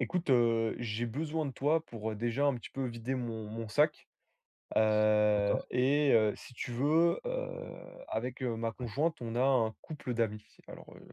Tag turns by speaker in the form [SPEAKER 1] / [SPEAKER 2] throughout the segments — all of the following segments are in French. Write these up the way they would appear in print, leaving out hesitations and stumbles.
[SPEAKER 1] Écoute, j'ai besoin de toi pour, déjà un petit peu vider mon sac,
[SPEAKER 2] D'accord,
[SPEAKER 1] et si tu veux, avec, ma
[SPEAKER 2] ouais,
[SPEAKER 1] conjointe, on a un couple d'amis. Alors,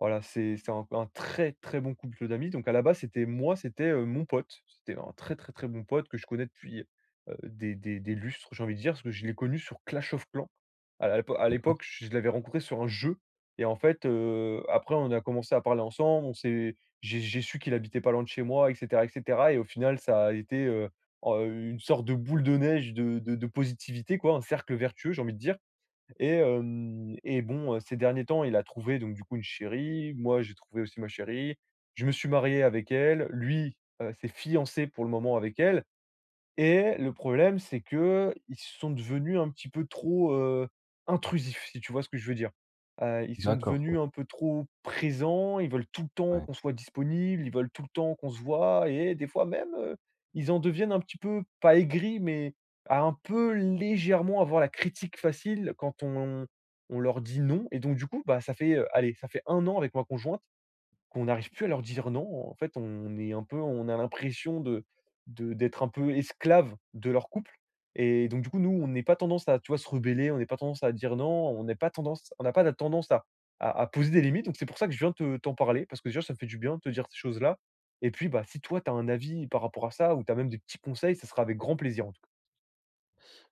[SPEAKER 1] voilà, c'est un très, très bon couple d'amis. Donc à la base, c'était moi, c'était, mon pote. C'était un très, très, très bon pote que je connais depuis, des lustres, j'ai envie de dire, parce que je l'ai connu sur Clash of Clans. À
[SPEAKER 2] d'accord,
[SPEAKER 1] l'époque, je l'avais rencontré sur un jeu et en fait, après on a commencé à parler ensemble, on s'est j'ai su qu'il habitait pas loin de chez moi et cetera et cetera et au final, ça a été, en une sorte de boule de neige de positivité quoi, un cercle vertueux, j'ai envie de dire et bon, ces derniers temps, il a trouvé donc du coup une chérie, moi j'ai trouvé aussi ma chérie. Je me suis marié avec elle, lui, s'est fiancé pour le moment avec elle. Et le problème, c'est que ils sont devenus un petit peu trop, intrusifs, si tu vois ce que je veux dire? Ils sont
[SPEAKER 2] d'accord, ouais,
[SPEAKER 1] devenus un peu trop présents, ils veulent tout le temps
[SPEAKER 2] ouais.
[SPEAKER 1] qu'on soit disponible, ils veulent tout le temps qu'on se voit et des fois même, ils en deviennent un petit peu, pas aigris, mais à un peu légèrement avoir la critique facile quand on leur dit non. Et donc du coup, bah, ça fait, allez, ça fait un an avec ma conjointe qu'on n'arrive plus à leur dire non. En fait, on est un peu on a l'impression de d'être un peu esclave de leur couple et donc du coup, nous, on n'est pas tendance à, tu vois, se rebeller, on n'est pas tendance à dire non, on n'a pas la tendance à poser des limites. Donc c'est pour ça que je viens te t'en parler parce que déjà, ça me fait du bien de te dire ces choses-là. Et puis, bah, si toi, tu as un avis par rapport à ça ou tu as même des petits conseils, ça sera avec grand plaisir, en tout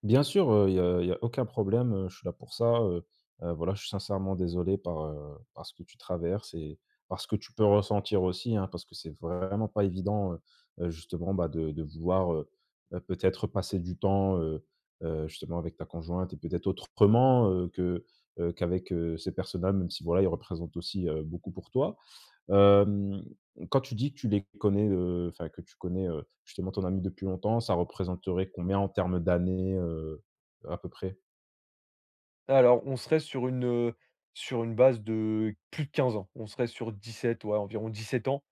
[SPEAKER 2] Bien sûr, il y a aucun problème, je suis là pour ça, voilà, je suis sincèrement désolé par, par ce que tu traverses et par ce que tu peux ressentir aussi, hein, parce que c'est vraiment pas évident, justement, bah, de vouloir, peut-être passer du temps, justement avec ta conjointe et peut-être autrement, qu'avec, ces personnes-là, même si voilà, ils représentent aussi, beaucoup pour toi. Hem, quand tu dis que tu les connais, enfin que tu connais, justement ton ami depuis longtemps, ça représenterait combien en termes d'années, à peu près?
[SPEAKER 1] cas. Alors, on serait sur une base de plus de 15 ans. On serait sur 17, ouais, environ 17 ans.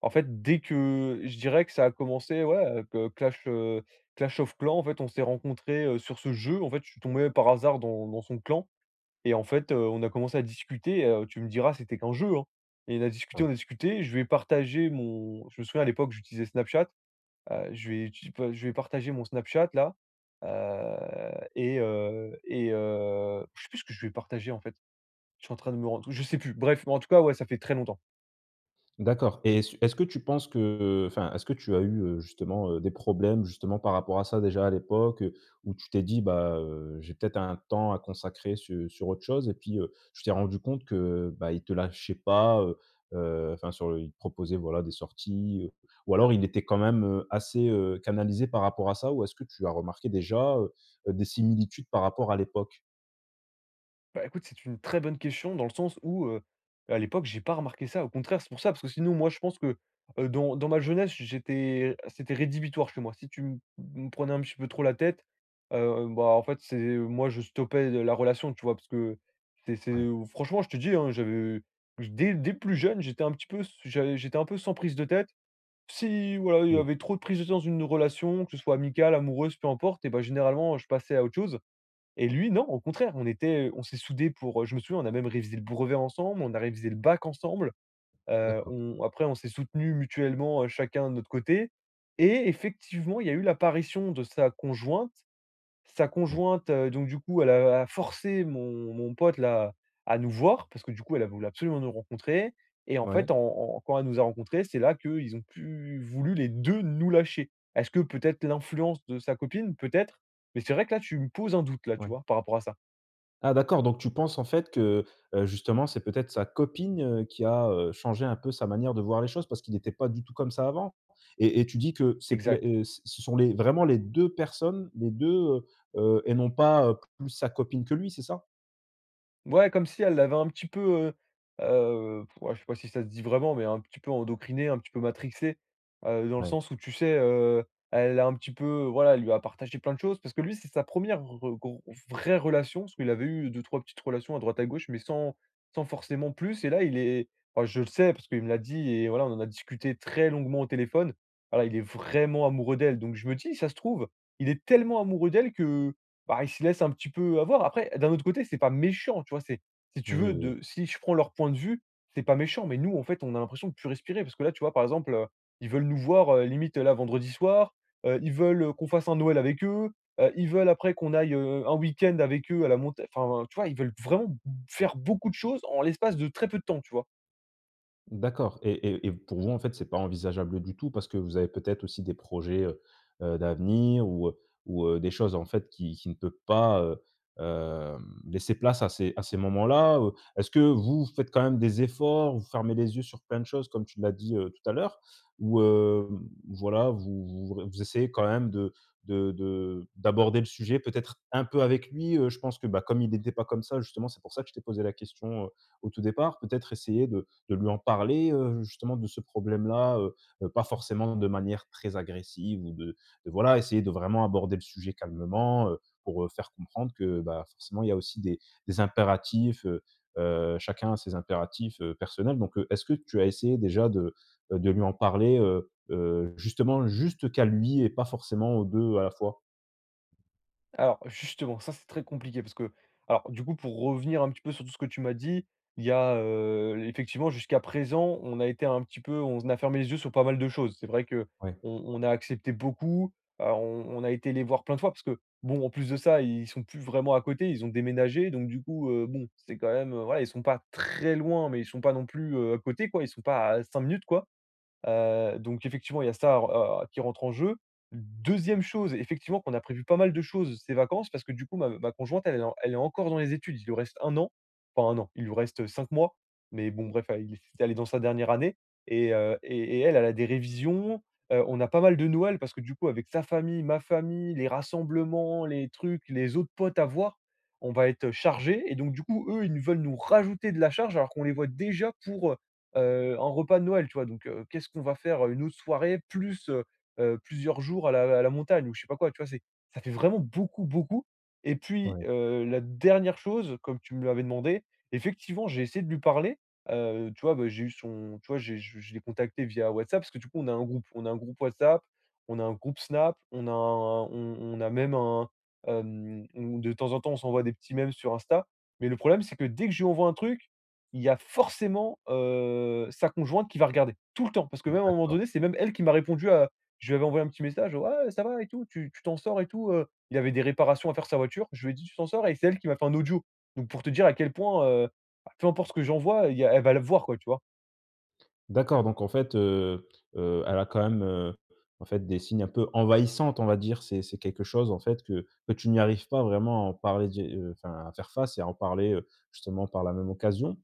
[SPEAKER 1] En fait, dès que je dirais que ça a commencé, ouais, que Clash of Clans, en fait, on s'est rencontrés, sur ce jeu. En fait, je suis tombé par hasard dans son clan. Et en fait, on a commencé à discuter, tu me diras, c'était qu'un jeu, hein. Et on a discuté,
[SPEAKER 2] Ouais.
[SPEAKER 1] on a discuté. Je lui ai partagé mon Je me souviens à l'époque, j'utilisais Snapchat, je lui ai partagé mon Snapchat là, heu et je sais plus ce que je lui ai partagé, en fait. Je suis en train de me rendre Je sais plus. Bref, mais en tout cas, ouais, ça fait très longtemps.
[SPEAKER 2] D'accord, et est-ce que tu penses que enfin, est-ce que tu as eu, justement, des problèmes justement par rapport à ça déjà à l'époque, où tu t'es dit: «Bah, j'ai peut-être un temps à consacrer sur autre chose», et puis, tu t'es rendu compte que, bah, il te lâchait pas, enfin sur le il te proposait voilà des sorties, ou alors il était quand même, assez, canalisé par rapport à ça? Ou est-ce que tu as remarqué déjà, des similitudes par rapport à l'époque?
[SPEAKER 1] Bah, écoute, c'est une très bonne question dans le sens où, à l'époque, j'ai pas remarqué ça. Au contraire, c'est pour ça, parce que sinon, moi, je pense que, dans ma jeunesse, j'étais c'était rédhibitoire chez moi. Si tu m me prenais un petit peu trop la tête, bah, en fait, c'est moi, je stoppais de la relation, tu vois? Parce que c'est
[SPEAKER 2] Ouais.
[SPEAKER 1] c'est franchement, je te dis, hein, j'avais dès plus jeune, j'étais un peu sans prise de tête. Si, voilà, il y
[SPEAKER 2] Mmh.
[SPEAKER 1] avait trop de prise de tête dans une relation, que ce soit amicale, amoureuse, peu importe. Et bah, généralement, je passais à autre chose. Et lui, non, au contraire, on s'est soudés pour, je me souviens, on a même révisé le brevet ensemble, on a révisé le bac ensemble,
[SPEAKER 2] D'accord.
[SPEAKER 1] on après on s'est soutenus mutuellement, chacun de notre côté. Et effectivement, il y a eu l'apparition de sa conjointe. Sa
[SPEAKER 2] Ouais.
[SPEAKER 1] conjointe, donc du coup, elle a forcé mon pote là, à nous voir parce que du coup, elle, elle voulait absolument nous rencontrer. Et en
[SPEAKER 2] Ouais.
[SPEAKER 1] fait, en en quand elle nous a rencontrés, c'est là qu'ils ont pu voulu les 2 nous lâcher. Est-ce que peut-être l'influence de sa copine? Peut-être, mais c'est vrai que là, tu me poses un doute là, tu
[SPEAKER 2] Ouais.
[SPEAKER 1] vois, par rapport à ça.
[SPEAKER 2] Ah d'accord, donc tu penses en fait que, justement, c'est peut-être sa copine, qui a, changé un peu sa manière de voir les choses parce qu'il n'était pas du tout comme ça avant? Et tu dis que c'est plai
[SPEAKER 1] Exact.
[SPEAKER 2] ce sont les vraiment les 2 personnes, les deux, et non pas, plus sa copine que lui, c'est ça?
[SPEAKER 1] Ouais, comme si elle l'avait un petit peu, ouais, je sais pas si ça se dit vraiment, mais un petit peu endocriné, un petit peu matrixé, dans le
[SPEAKER 2] Ouais.
[SPEAKER 1] sens où tu sais, elle a un petit peu voilà, elle lui a partagé plein de choses parce que lui, c'est sa première re gro vraie relation, parce qu'il avait eu deux, trois petites relations à droite à gauche, mais sans forcément plus. Et là, il est enfin, je le sais parce qu'il me l'a dit et voilà, on en a discuté très longuement au téléphone. Voilà, il est vraiment amoureux d'elle donc je me dis: «Ça se trouve, il est tellement amoureux d'elle que». Bah, ils se laissent un petit peu avoir. Après, d'un autre côté, c'est pas méchant, tu vois? C'est Si
[SPEAKER 2] Oui,
[SPEAKER 1] tu
[SPEAKER 2] oui,
[SPEAKER 1] veux,
[SPEAKER 2] oui.
[SPEAKER 1] de si je prends leur point de vue, c'est pas méchant, mais nous, en fait, on a l'impression de plus respirer parce que là, tu vois, par exemple, ils veulent nous voir, limite, là, vendredi soir, ils veulent, qu'on fasse un Noël avec eux, ils veulent après qu'on aille, un week-end avec eux à la montagne. Enfin, tu vois? Ils veulent vraiment faire beaucoup de choses en l'espace de très peu de temps, tu vois?
[SPEAKER 2] D'accord, et pour vous, en fait, c'est pas envisageable du tout parce que vous avez peut-être aussi des projets, d'avenir ou, des choses, en fait, qui ne peuvent pas, hem, laisser place à ces moments-là? Est-ce que vous faites quand même des efforts, vous fermez les yeux sur plein de choses comme tu l'as dit, tout à l'heure? Ou, voilà, vous essayez quand même de d'aborder le sujet peut-être un peu avec lui? Je pense que, bah, comme il n'était pas comme ça, justement, c'est pour ça que je t'ai posé la question, au tout départ. Peut-être essayer de lui en parler, justement de ce problème-là, pas forcément de manière très agressive ou de voilà, essayer de vraiment aborder le sujet calmement, pour, faire comprendre que, bah, forcément il y a aussi des impératifs, chacun a ses impératifs, personnels, donc est-ce que tu as essayé déjà de lui en parler, justement juste qu'à lui et pas forcément aux 2 à la fois?
[SPEAKER 1] Alors justement, ça c'est très compliqué parce que alors du coup pour revenir un petit peu sur tout ce que tu m'as dit, il y a, effectivement, jusqu'à présent, on a été un petit peu on a fermé les yeux sur pas mal de choses. C'est vrai que
[SPEAKER 2] Ouais,
[SPEAKER 1] on a accepté beaucoup, on a été les voir plein de fois parce que bon, en plus de ça, ils sont plus vraiment à côté, ils ont déménagé donc du coup, bon, c'est quand même, voilà, ils sont pas très loin mais ils sont pas non plus, à côté quoi, ils sont pas à 5 minutes quoi. Donc effectivement, il y a ça r qui rentre en jeu. Deuxième chose, effectivement, qu'on a prévu pas mal de choses ces vacances parce que du coup, ma conjointe, elle est encore dans les études. Il lui reste un an, enfin un an, il lui reste 5 mois, mais bon, bref, elle est dans sa dernière année. Et elle, elle a des révisions. On a pas mal de Noël parce que du coup, avec sa famille, ma famille, les rassemblements, les trucs, les autres potes à voir, on va être chargé. Et donc du coup, eux, ils nous veulent nous rajouter de la charge alors qu'on les voit déjà pour, un repas de Noël, tu vois? Donc qu'est-ce qu'on va faire, une autre soirée plus, plusieurs jours à la montagne ou je sais pas quoi, tu vois? C'est Ça fait vraiment beaucoup, beaucoup. Et puis,
[SPEAKER 2] ouais,
[SPEAKER 1] la dernière chose, comme tu me l'avais demandé, effectivement, j'ai essayé de lui parler, tu vois? Bah, j'ai eu son tu vois? J'ai je l'ai contacté via WhatsApp parce que du coup, on a un groupe. On a un groupe WhatsApp, on a un groupe Snap, on a même un, on de temps en temps, on s'envoie des petits mèmes sur Insta. Mais le problème, c'est que dès que je lui envoie un truc, il y a forcément, sa conjointe qui va regarder, tout le temps. Parce que même à un moment
[SPEAKER 2] d'accord.
[SPEAKER 1] donné, c'est même elle qui m'a répondu à je lui avais envoyé un petit message: «Ouais, ça va et tout, tu t'en sors et tout?» Il avait des réparations à faire sa voiture. Je lui ai dit: «Tu t'en sors?» et c'est elle qui m'a fait un audio. Donc pour te dire à quel point, bah, peu importe ce que j'envoie, il y a elle va le voir quoi, tu vois?
[SPEAKER 2] D'accord, donc en fait, elle a quand même, en fait, des signes un peu envahissantes, on va dire. C'est quelque chose, en fait, que tu n'y arrives pas vraiment à en parler, di enfin, à faire face et à en parler, justement par la même occasion.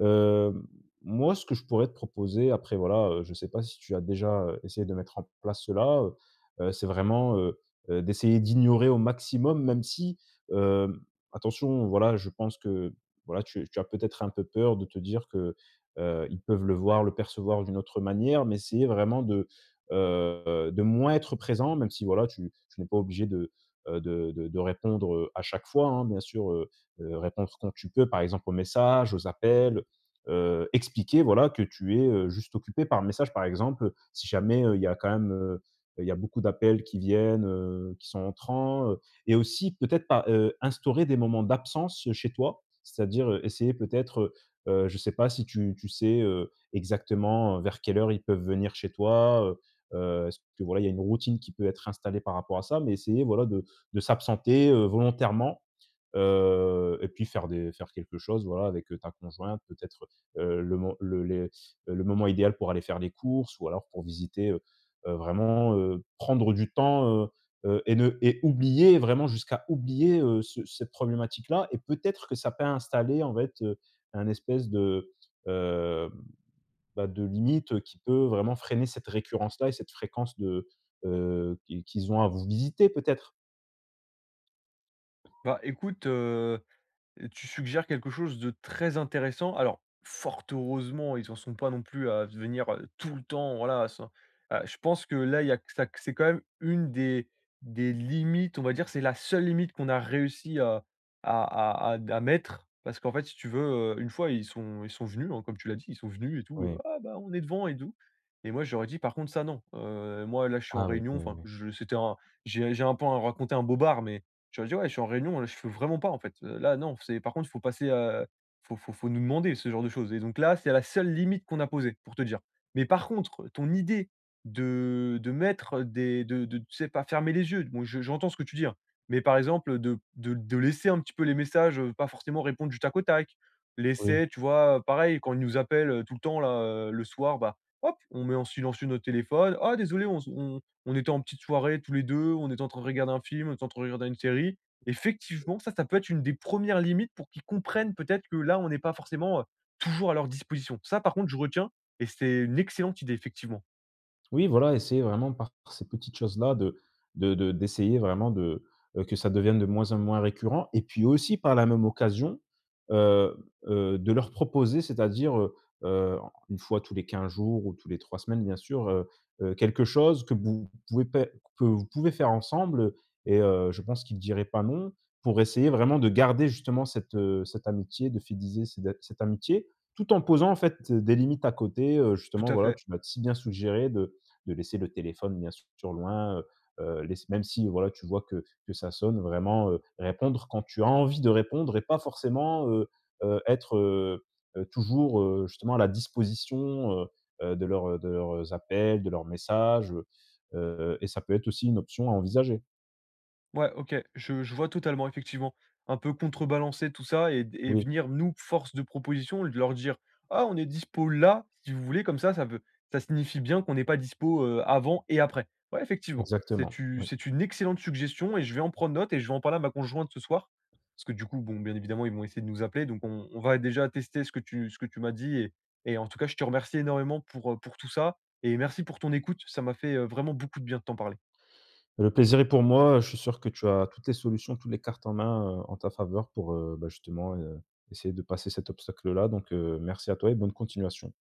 [SPEAKER 2] Hem, moi, ce que je pourrais te proposer après, voilà, je sais pas si tu as déjà, essayé de mettre en place cela, c'est vraiment, d'essayer d'ignorer au maximum, même si, hem, attention, voilà, je pense que, voilà, tu as peut-être un peu peur de te dire que, ils peuvent le voir, le percevoir d'une autre manière, mais essayer vraiment de moins être présent, même si voilà, tu n'es pas obligé de répondre, à chaque fois, hein, bien sûr, répondre quand tu peux, par exemple aux messages, aux appels, expliquer voilà que tu es, juste occupé par message, par exemple, si jamais il y a beaucoup d'appels qui viennent, qui sont entrants, et aussi peut-être, pas instaurer des moments d'absence chez toi, c'est-à-dire essayer peut-être. Je ne sais pas si tu sais, exactement, vers quelle heure ils peuvent venir chez toi, est-ce que voilà, il y a une routine qui peut être installée par rapport à ça? Mais essayer, voilà, de s'absenter, volontairement. Et puis faire des faire quelque chose, voilà, avec, ta conjointe, peut-être, le mo le les le moment idéal pour aller faire les courses ou alors pour visiter, vraiment, prendre du temps, et ne et oublier, vraiment jusqu'à oublier, ce cette problématique-là, et peut-être que ça peut installer, en fait, un espèce de, heu, bah, de limite, qui peut vraiment freiner cette récurrence-là et cette fréquence de, qui qu'ils ont à vous visiter peut-être?
[SPEAKER 1] Bah, écoute, tu suggères quelque chose de très intéressant. Alors, fort heureusement, ils en sont pas non plus à venir, tout le temps, voilà, ça je pense que là, il y a que ça q c'est quand même une des limites, on va dire, c'est la seule limite qu'on a réussi à mettre. Parce qu'en fait, si tu veux, une fois, ils sont venus, hein, comme tu l'as dit, ils sont venus et tout,
[SPEAKER 2] Oui.
[SPEAKER 1] «Ah bah, on est devant et tout» et moi, j'aurais dit: «Par contre, ça non, moi, là, je suis en
[SPEAKER 2] Ah oui,
[SPEAKER 1] réunion».
[SPEAKER 2] oui, oui,
[SPEAKER 1] Enfin,
[SPEAKER 2] oui.
[SPEAKER 1] je c'était un j'ai un peu raconté un bobard, mais je leur dis: «Ouais, je suis en réunion, là, je fais vraiment pas, en fait, là, non, c'est par contre, il faut passer, faut nous demander ce genre de choses» et donc là, c'est la seule limite qu'on a posée, pour te dire. Mais par contre, ton idée de mettre des de tu sais, pas fermer les yeux, bon, je j'entends ce que tu dis, hein, mais par exemple, de laisser un petit peu les messages, pas forcément répondre du tac au tac.
[SPEAKER 2] Oui.
[SPEAKER 1] Laisser, tu vois, pareil, quand ils nous appellent, tout le temps là, le soir, bah, hop, on met en silencieux notre téléphone: «Ah désolé, on on était en petite soirée tous les 2, on était en train de regarder un film, on était en train de regarder une série. Effectivement, ça peut être une des premières limites pour qu'ils comprennent peut-être que là, on n'est pas forcément, toujours à leur disposition. Ça, par contre, je retiens. Et c'est une excellente idée effectivement.
[SPEAKER 2] Oui, voilà, essayer vraiment par ces petites choses-là de d'essayer vraiment de, que ça devienne de moins en moins récurrent, et puis aussi par la même occasion, heu de leur proposer, c'est-à-dire, heu, une fois tous les 15 jours ou tous les 3 semaines, bien sûr, quelque chose que vous pouvez pè que vous pouvez faire ensemble, et je pense qu'ils ne diraient pas non, pour essayer vraiment de garder justement cette, cette amitié, de fidéliser cette amitié, tout en posant en fait des limites à côté,
[SPEAKER 1] Tout
[SPEAKER 2] justement,
[SPEAKER 1] à
[SPEAKER 2] voilà,
[SPEAKER 1] fait.
[SPEAKER 2] tu m'as si bien suggéré de laisser le téléphone bien sûr loin, heu, même si voilà, tu vois que ça sonne vraiment, répondre quand tu as envie de répondre et pas forcément, être, toujours, justement à la disposition, de leurs appels, de leurs messages, et ça peut être aussi une option à envisager.
[SPEAKER 1] Ouais, OK. Je vois totalement, effectivement. Un peu contrebalancer tout ça et
[SPEAKER 2] Oui,
[SPEAKER 1] venir nous, force de proposition, de leur dire: «Ah, on est dispo là, si vous voulez», comme ça veut ça signifie bien qu'on n'est pas dispo, avant et après. Ouais, effectivement,
[SPEAKER 2] exactement, oui.
[SPEAKER 1] c'est une excellente suggestion et je vais en prendre note et je vais en parler à ma conjointe ce soir. Parce que du coup, bon, bien évidemment, ils vont essayer de nous appeler, donc on va déjà tester ce que tu m'as dit et en tout cas, je te remercie énormément pour tout ça et merci pour ton écoute. Ça m'a fait, vraiment beaucoup de bien de t'en parler.
[SPEAKER 2] Le plaisir est pour moi, je suis sûr que tu as toutes les solutions, toutes les cartes en main, en ta faveur pour, bah, justement, essayer de passer cet obstacle-là, donc merci à toi et bonne continuation.